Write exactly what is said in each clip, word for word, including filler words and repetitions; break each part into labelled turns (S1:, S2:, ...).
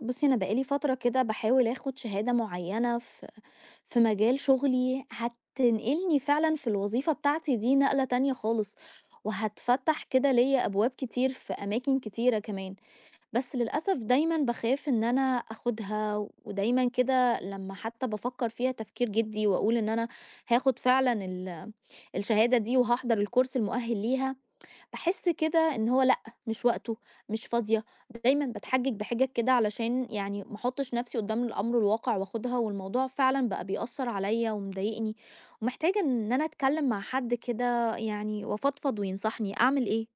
S1: بُصّي، أنا بقى لي فترة كده باحاول آخُد شهادة معيّنة في في مجال شُغلي هتنقلني فعلًا في الوظيفة بتاعتي دي نقلة تانية خالص، وهتفتح كده ليّا أبواب كتير في أماكن كتيرة كمان، بس للأسف دايمًا باخاف إن أنا آخُدها ودايمًا كده لمّا حتّى بافكّر فيها تفكير جِدّي وأقول إن أنا هاخُد فعلًا ال الشهادة دي وهاحضر الcourse المؤهِّل ليها، باحس كده إن هو لأ، مش وقته، مش فاضية، دايمًا باتحجج بحجج كده علشان يعني ما احطش نفسي قدام الأمر الواقع وآخدها، والموضوع فعلًا بقى بيأثر عليَّ ومضايقني، ومحتاجة إن أنا أتكلم مع حد كده يعني وأفضفض وينصحني، أعمل إيه؟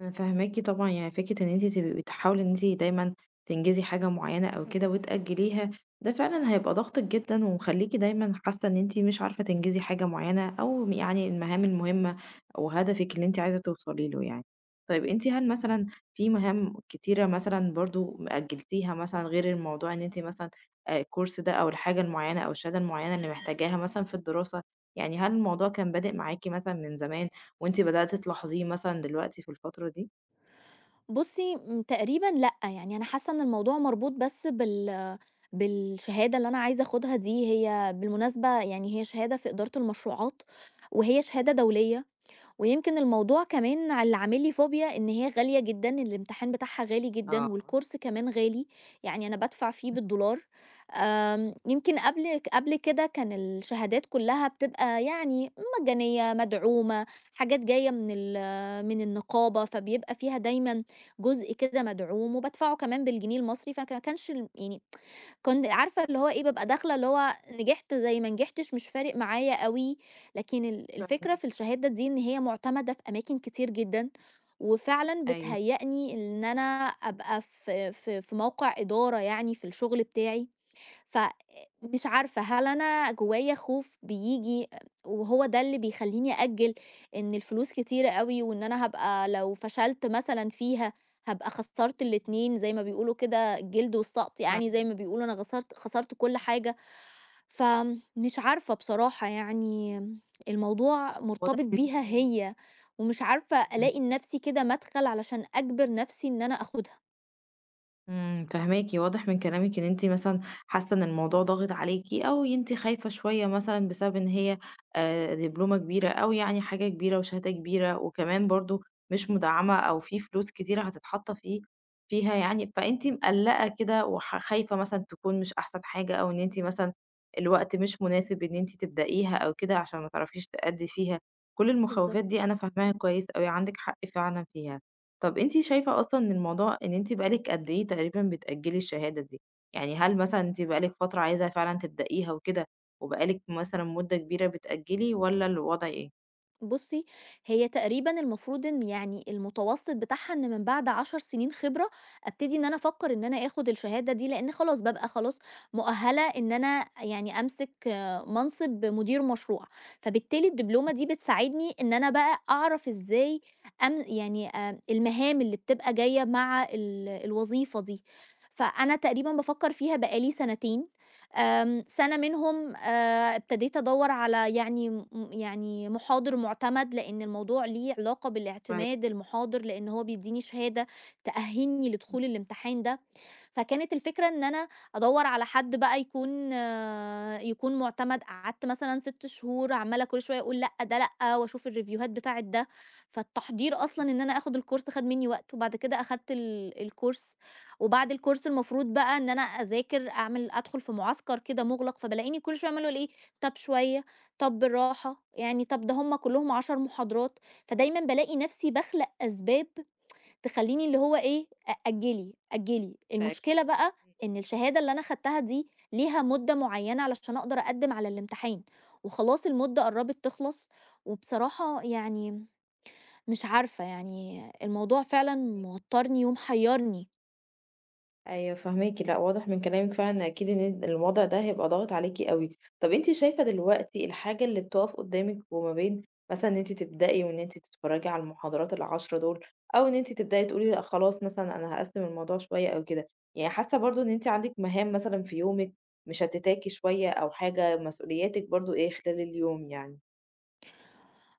S2: أنا فاهماكِ طبعًا، يعني فكرة إن أنتِ تبقي بتحاولي إن أنتِ دايمًا تنجزي حاجة معيّنة أو كده وتأجّليها، ده فعلًا هيبقى ضاغطِك جدًا ومخلّيكِ دايمًا حاسة إن أنتِ مش عارفة تنجزي حاجة معيّنة أو يعني المهام المهمة أو هدفِك اللي أنتِ عايزة توصلي له يعني. طيب أنتِ هل مثلًا في مهام كتيرة مثلًا برضه أجّلتيها مثلًا غير الموضوع إن أنتِ مثلًا آآ الكورس ده أو الحاجة المعيّنة أو الشهادة المعيّنة اللي محتاجاها مثلًا في الدراسة، يعني هل الموضوع كان بادئ معاكِ مثلًا من زمان وأنتِ بدأتِ تلاحظيه مثلًا دلوقتي في الفترة دي؟
S1: بُصّي، امم، تقريبًا لأ، يعني أنا حاسة إن الموضوع مربوط بس بال بالشهادة اللي أنا عايزة آخدها دي، هي بالمناسبة يعني هي شهادة في إدارة المشروعات، وهي شهادة دولية. ويمكن الموضوع كمان ع اللي عامل لي فوبيا إن هي غالية جدًا، الامتحان بتاعها غالي جدًا
S2: آه.
S1: والكورس كمان غالي، يعني أنا بادفع فيه
S2: إمم،
S1: بالدولار. آمم، يمكن قبل قبل كده كان الشهادات كلّها بتبقى يعني مجانية، مدعومة، حاجات جاية من ال من النقابة، فبيبقى فيها دايمًا جزء كده مدعوم وبادفعه كمان بالجنيه المصري، فك كانش ال يعني كنت عارفة اللي هو إيه، بابقى داخلة اللي هو نجحت زي ما نجحتش مش فارق معايا أوي، لكن ال الفكرة
S2: فاهماكِ.
S1: في الشهادة دي إن هي مُعتمدة في أماكن كتير جدًا، وفعلًا
S2: أيوه.
S1: بتهيّأني إن أنا أبقى في في في موقع إدارة يعني في الشغل بتاعي، فمش عارفة هل أنا جوايا خوف بييجي وهو ده اللي بيخلّيني أأجّل إن الفلوس كتيرة أوي وإن أنا هابقى لو فشلت مثلًا فيها هابقى خسّرت
S2: إمم،
S1: الاتنين زي ما بيقولوا كده الجلد والسَقْط، يعني زي
S2: فاهماكِ.
S1: ما بيقولوا أنا خسرت خسرت كل حاجة. فمش عارفة بصراحة يعني الموضوع مرتبط
S2: واضح من
S1: بيها
S2: كلامِك.
S1: هي، ومش عارفة
S2: إمم.
S1: ألاقي لنَفْسي كده مَدخَل علشان أجبر نَفْسي إن أنا آخُدها.
S2: امم، فاهماكِ، واضح من كلامِك إن أنتِ مثلًا حاسة إن الموضوع ضاغط عليكِ، أو أنتِ خايفة شوية مثلًا بسبب إن هي آآ دبلومة كبيرة أو يعني حاجة كبيرة وشهادة كبيرة، وكمان برضه مش مدعمة أو في فلوس كتيرة هتتحط فيه فيها يعني، فأنتِ مقلقة كده وح خايفة مثلًا تكون مش أحسن حاجة، أو إن أنتِ مثلًا الوقت مش مناسب إن أنتِ تبدأيها أو كده عشان ما تعرفيش تأدّي فيها، كل المخاوفات
S1: بالضبط.
S2: دي أنا فاهماها كويس أوي، عندِك حق فعلًا فيها. طب أنتِ شايفة أصلًا إن الموضوع إن أنتِ بقى لِك قد إيه تقريبًا بتأجّلي الشهادة دي؟ يعني هل مثلًا أنتِ بقى لِك فترة عايزة فعلًا تبدئيها وكده، وبقى لِك مثلًا مدة كبيرة بتأجّلي والّا الوضع إيه؟
S1: بُصّي، هي تقريبًا المفروض إن يعني المتوسط بتاعها إن من بعد 10 سنين خبرة، أبتدي إن أنا أفكّر إن أنا آخُد الشهادة دي، لإن خلاص بابقى خلاص مؤهلة إن أنا يعني أمسك آه، منصب مدير مشروع، فبالتالي الدبلومة دي بتساعدني إن أنا بقى أعرف إزاي أم يعني آآ المهام اللي بتبقى جاية مع ال الوظيفة دي، فأنا تقريبًا بافكّر فيها بقى لي سنتين. آمم، سَنة منهم آآ ابتديت أدوّر على يعني م يعني مُحاضر مُعتمد، لإن الموضوع ليه علاقة
S2: كويس،
S1: بالاعتماد المُحاضر، لإن هو بيدّيني شهادة تأهّلني
S2: إمم.
S1: لدخول الامتحان ده، فكانت الفكرة إن أنا أدوّر على حد بقى يكون آه، يكون مُعتمد، قعدت مثلًا 6 شهور عمّالة كل شوية أقول لأ، ده لأ، وأشوف الريفيوهات بتاعة ده، فالتحضير أصلًا إن أنا آخُد الcourse خَد منّي وقت، وبعد كده أخدت ال الcourse، وبعد الcourse المفروض بقى إن أنا أذاكر أعمل أدخُل في معسكر كده مُغلق، فبالاقيني كل شوية عمّالة أقول إيه، طَب شوية، طَب بالراحة، يعني طَب ده هم كُلّهم 10 محاضرات، فدايمًا بالاقي نَفْسي باخلق أسباب تخلّيني اللي هو إيه، أأجّلي، أجّلي. اجلي المشكلة
S2: بتأجّلي،
S1: بقى
S2: إمم،
S1: إن
S2: إمم،
S1: الشهادة اللي أنا خدتها دي ليها مدة معيّنة علشان أقدر أقدّم على الامتحان، وخلاص المدة قرّبت تخلص، وبصراحة يعني مش عارفة، يعني الموضوع فعلًا
S2: ماشي.
S1: موتّرني ومحيّرني.
S2: أيوه فاهماكِ، لأ واضح من كلامِك فعلًا أكيد إن أن الوضع ده هيبقى ضاغط عليكِ أوي. طَب أنتِ شايفة دلوقتي الحاجة اللي بتُقف قدّامِك وما بين مثلًا إن أنتِ تبدئي وإن أنتِ تتفرّجي على المحاضرات العشرة دول، أو إن أنتِ تبدئي تقولي لأ خلاص مثلًا أنا هاقسّم الموضوع شوية أو كده، يعني حاسة برضه إن أنتِ عندِك مهام مثلًا في يومِك مشتتاكِ شوية أو حاجة مسؤولياتِك برضه إيه خلال اليوم يعني،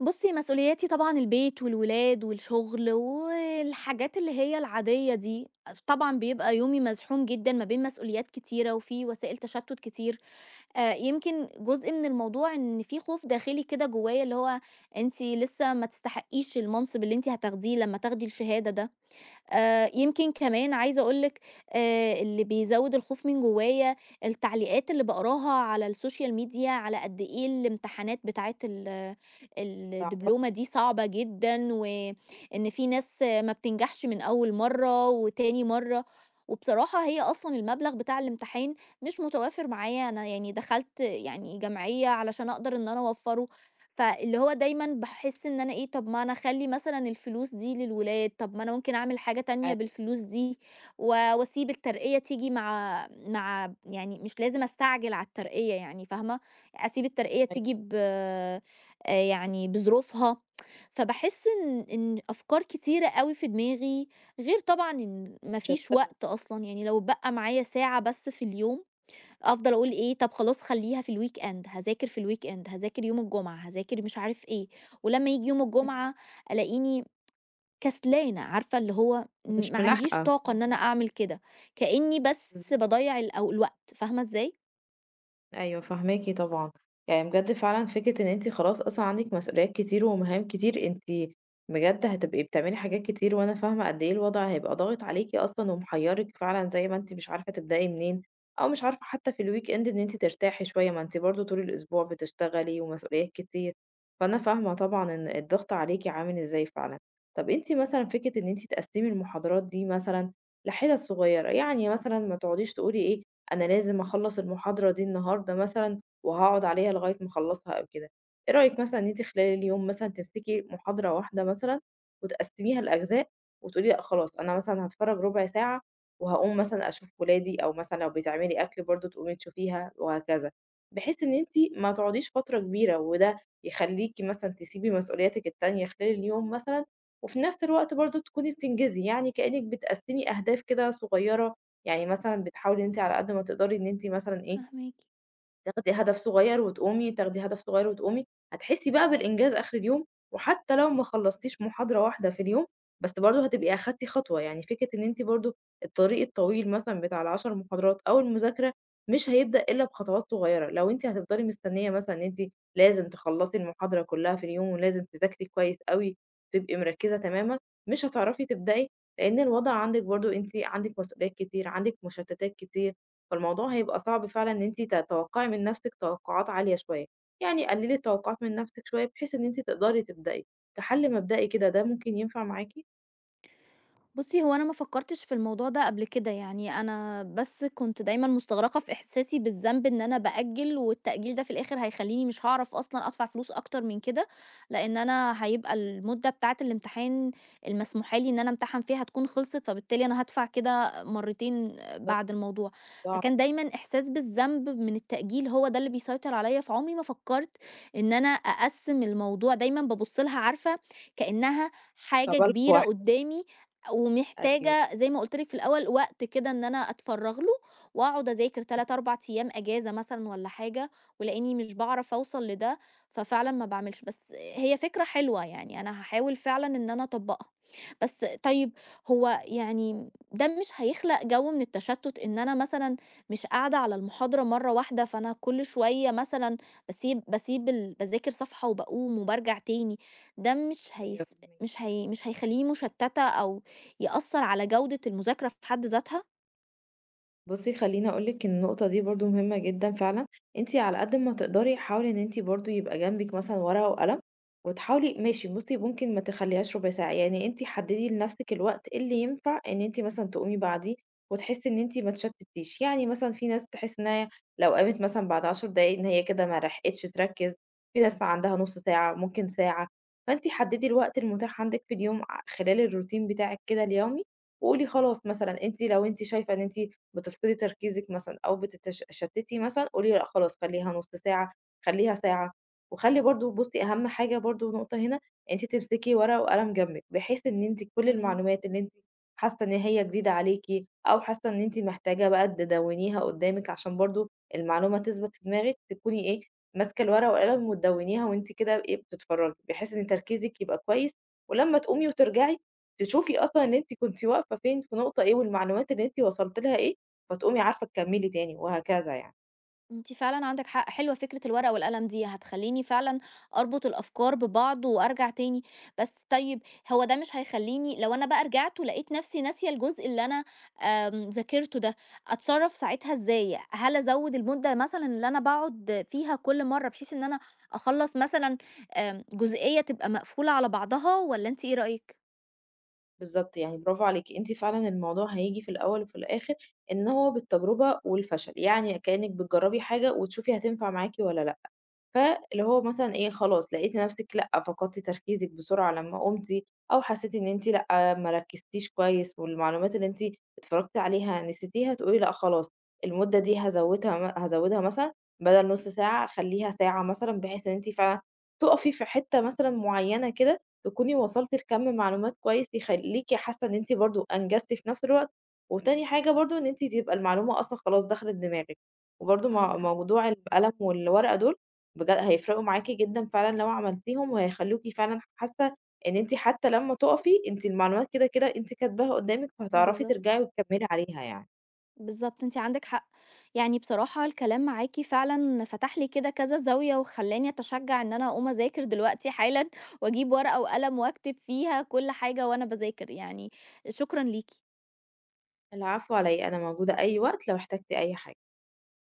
S1: بُصّي، مسؤولياتي طبعًا البيت والولاد والشغل والحاجات اللي هي العادية دي، طبعًا بيبقى يومي مزحوم جدًا ما بين مسؤوليات كتيرة وفي وسائل تشتُّت كتير. آآ يمكن جزء من الموضوع إن في خوف داخلي كده جوايا، اللي هو أنتِ لسه ما تستحقيش المنصب اللي أنتِ هتاخديه لمّا تاخدي الشهادة ده. آآ يمكن كمان عايزة أقول لِك آآ اللي بيزوّد الخوف من جوايا التعليقات اللي باقراها على السوشيال ميديا على قد إيه الامتحانات بتاعة ال
S2: صعبة؟
S1: الدبلومة دي صعبة جدًا، وإن في ناس ما بتنجحش من أول مرّة وتاني مرّة، وبصراحة هي أصلًا المبلغ بتاع الامتحان مش متوافر معايا، أنا يعني دخلت يعني جمعية علشان أقدر إن أنا أوفّره فاللي هو دايمًا باحس إن أنا إيه، طب ما أنا أخلّي مثلًا الفلوس دي للولاد، طب ما أنا ممكن أعمل حاجة تانية
S2: أيوه،
S1: بالفلوس دي، و وأسيب الترقية تيجي مع مع يعني مش لازم أستعجل على الترقية يعني فاهمة، أسيب الترقية تيجي
S2: أيوه
S1: ب آآ يعني بظروفها، فباحس إن إن أفكار كتيرة أوي في دماغي، غير طبعًا إن ما فيش
S2: مشتتة،
S1: وقت أصلًا، يعني لو اتبقى معايا ساعة بس في اليوم أفضل أقول إيه، طب خلاص خلّيها في الweekend هاذاكر في الweekend هاذاكر يوم الجمعة، هاذاكر مش عارف إيه، ولمّا ييجي يوم
S2: إمم.
S1: الجمعة ألاقيني كسلانة، عارفة اللي هو م
S2: ومش
S1: ما عنديش
S2: ملاحقة.
S1: طاقة إن
S2: إمم،
S1: أنا
S2: إمم،
S1: أعمل كده، كإني بس
S2: بالضبط.
S1: باضيّع الأو الوقت، فاهمة إزاي؟
S2: أيوه فاهماكِ طبعًا، يعني بجد فعلًا فكرة إن أنتِ خلاص أصلًا عندِك مسؤوليات كتير ومهام كتير، أنتِ بجد هتبقي بتعملي حاجات كتير، وأنا فاهمة قد إيه الوضع هيبقى ضاغط عليكِ أصلًا ومحيّرِك فعلًا زي ما أنتِ مش عارفة تبدئي منين، أو مش عارفة حتى في الweekend إن أنتِ ترتاحي شوية، ما أنتِ برضه طول الأسبوع بتشتغلي ومسؤوليات كتير، فأنا فاهمة طبعًا إن الضغط عليكِ عامل إزاي فعلًا. طَب أنتِ مثلًا فكرة إن أنتِ تقسّمي المحاضرات دي مثلًا لحِتَت صغيّرة، يعني مثلًا ما تقعديش تقولي إيه أنا لازم أخلّص المحاضرة دي النهارده مثلًا، وهاقعد عليها لغاية ما أخلّصها أو كده. إيه رأيِك مثلًا إن أنتِ خلال اليوم مثلًا تمسكي محاضرة واحدة مثلًا، وتقسّميها لأجزاء، وتقولي لأ خلاص أنا مثلًا هاتفرّج ربع ساعة، وهاقوم مثلًا أشوف ولادي، أو مثلًا لو بتعملي أكل برضه تقومي تشوفيها وهكذا، بحيث إن أنتِ ما تقعديش فترة كبيرة، وده يخلّيكِ مثلًا تسيبي مسؤولياتِك التانية خلال اليوم مثلًا، وفي نفس الوقت برضه تكوني بتنجزي، يعني كأنِك بتقسّمي أهداف كده صغيرة يعني مثلًا بتحاولي إن أنتِ على قد ما تقدري إن أنتِ مثلًا إيه،
S1: فاهماكِ.
S2: تاخدي هدف صغير وتقومي، تاخدي هدف صغير وتقومي، هتحسّي بقى بالإنجاز آخر اليوم، وحتى لو ما خلّصتيش محاضرة واحدة في اليوم، بس برضه هتبقي أخدتِ خطوة، يعني فكرة إن أنتِ برضه الطريق الطويل مثلًا بتاع العشرة محاضرات أو المذاكرة مش هيبدأ إلا بخطوات صغيرة، لو أنتِ هتفضلي مستنية مثلًا إن أنتِ لازم تخلّصي المحاضرة كلّها في اليوم ولازم تذاكري كويس أوي، تبقي مركّزة تمامًا، مش هتعرفي تبدئي، لإن الوضع عندِك برضه أنتِ عندِك مسؤوليات كتير، عندِك مشتتات كتير، فالموضوع هيبقى صعب فعلًا إن أنتِ تتوقعي من نفسِك توقعات عالية شوية، يعني قللي التوقعات من نفسِك شوية بحيث إن أنتِ تقدري تبدئي، كحل مبدئي كده ده ممكن ينفع معاكِ؟
S1: بُصّي، هو أنا ما فكّرتش في الموضوع ده قبل كده، يعني أنا بس كنت دايمًا مُستغرقة في إحساسي بالذنب إن أنا بأجّل، والتأجيل ده في الآخر هيخلّيني مش هاعرف أصلًا أدفع فلوس أكتر من كده، لإن أنا هيبقى المدة بتاعة الامتحان المسموحة لي إن أنا أمتحن فيها هتكون خلصت، فبالتالي أنا هادفع كده مرّتين
S2: بالضبط،
S1: بعد الموضوع،
S2: ضعف
S1: فكان دايمًا إحساس بالذنب من التأجيل هو ده اللي بيسيطر عليَّ، فعمري ما فكّرت إن أنا أقسّم الموضوع، دايمًا بابُص لها عارفة كإنها حاجة
S2: كبالقة
S1: كبيرة
S2: واحدة،
S1: قدّامي
S2: أيوه،
S1: ومحتاجة زي ما قُلت لِك في الأول وقت كده إن أنا أتفرّغ له، وأقعد أذاكر ثلاثة، أربعة أيام إجازة مثلًا والّا حاجة، ولأني مش باعرف أوصل لده، ففعلًا ما باعملش. بس هي فكرة حلوة يعني أنا هاحاول فعلًا إن أنا أطبّقها. بس طيب هو يعني ده مش هيخلق جو من التشتت إن أنا مثلًا مش قاعدة على المحاضرة مرّة واحدة، فأنا كل شوية مثلًا باسيب باسيب ال باذاكر صفحة وباقوم وبارجع تاني، ده مش
S2: أيوه
S1: هيس
S2: فاهماكِ.
S1: مش هي مش هيخلّيني مشتتة أو يأثّر على جودة المذاكرة في حد ذاتها؟
S2: بُصّي خلّيني أقول لِك إن النقطة دي برضه مهمة جدًا فعلًا، أنتِ على قد ما تقدري حاولي إن أنتِ برضه يبقى جنبِك مثلًا ورقة وقلم، وتحاولي ماشي بُصّي ممكن ما تخلّيهاش ربع ساعة، يعني أنتِ حدّدي لنفسِك الوقت اللي ينفع إن أنتِ مثلًا تقومي بعديه، وتحسّي إن أنتِ ما اتشتتيش، يعني مثلًا في ناس تحس إن هي لو قامت مثلًا بعد عشر دقايق إن هي كده ما لحقتش تركّز، في ناس عندها نُص ساعة، ممكن ساعة، فأنتِ حدّدي الوقت المتاح عندِك في اليوم ع خلال الروتين بتاعِك كده اليومي، وقولي خلاص مثلًا أنتِ لو أنتِ شايفة إن أنتِ بتفقدي تركيزِك مثلًا أو بتتشتتي مثلًا، قولي لأ خلاص خلّيها نُص ساعة، خلّيها ساعة، وخلّي برضه بُصّي أهم حاجة برضه نقطة هنا، أنتِ تمسكي ورقة وقلم جنبِك، بحيث إن أنتِ كل
S1: تمام.
S2: المعلومات اللي أنتِ حاسة إن هي جديدة عليكِ، أو حاسة إن أنتِ محتاجة بقى تدوّنيها قدّامِك عشان برضه المعلومة تثبت في دماغِك، تكوني إيه، ماسكة الورقة والقلم وتدوّنيها وأنتِ كده إيه، بتتفرّجي، بحيث إن تركيزِك يبقى كويس، ولمّا تقومي وترجعي، تشوفي أصلًا إن أنتِ كنتِ واقفة فين، في نقطة إيه، والمعلومات اللي أنتِ وصلتِ لها إيه، فتقومي عارفة تكمّلي تاني وهكذا يعني.
S1: أنتِ فعلًا عندِك حق، حلوة فكرة الورقة والقلم دي، هتخلّيني فعلًا أربط الأفكار ببعض وأرجع تاني، بس طيب هو ده مش هيخلّيني لو أنا بقى رجعت ولقيت نفسي ناسية الجزء اللي أنا آمم، ذاكرته ده، أتصرّف ساعتها إزاي؟ هل أزوّد المدة مثلًا اللي أنا باقعد فيها كل مرّة بحيث إن أنا أخلّص مثلًا آمم، جزئية تبقى مقفولة على بعضها والّا أنتِ إيه رأيِك؟
S2: بالضبط يعني برافو عليكِ، أنتِ فعلًا الموضوع هييجي في الأول وفي الآخر إن هو بالتجربة والفشل، يعني كإنِّك بتجرّبي حاجة وتشوفي هتنفع معاكِ والّا لأ. فاللي هو مثلًا إيه، خلاص لقيتِ نفسِك لأ، فقدتِ تركيزِك بسرعة لمّا قمتِ، أو حسيتِ إن أنتِ لأ، ما ركزتيش كويس والمعلومات اللي أنتِ اتفرجتِ عليها نسيتيها، تقولي لأ خلاص المدة دي هازودها م هازودها مثلًا بدل نُص ساعة أخلّيها ساعة مثلًا، بحيث إن أنتِ فعلًا تُقفي في حتة مثلًا معيّنة كده، تكوني وصلتِ لكَم معلومات كويس يخلّيكِ حاسة إن أنتِ برضه أنجزتِ في نفس الوقت، وتاني حاجة برضه إن أنتِ تبقى المعلومة أصلًا خلاص دخلت دماغِك، وبرضه
S1: عندِك
S2: مع
S1: حق،
S2: موضوع القلم والورقة دول بجد هيفرقوا معاكِ جدًا فعلًا لو عملتيهم، وهيخلّوكِ فعلًا حاسة إن أنتِ حتى لمّا تُقفي أنتِ المعلومات كده، كده أنتِ كاتباها قدامِك، فهتعرفي
S1: بالضبط.
S2: ترجعي وتكمّلي عليها يعني.
S1: بالضبط، أنتِ عندِك حق. يعني بصراحة الكلام معاكِ فعلًا فتح لي كده كذا زاوية وخلّاني أتشجّع إن أنا أقوم أذاكر دلوقتي حالًا وأجيب ورقة وقلم وأكتب فيها كل حاجة وأنا باذاكر، يعني شكرًا ليكِ.
S2: العفو على إيه، أنا موجودة أي وقت لو احتجتِ أي حاجة.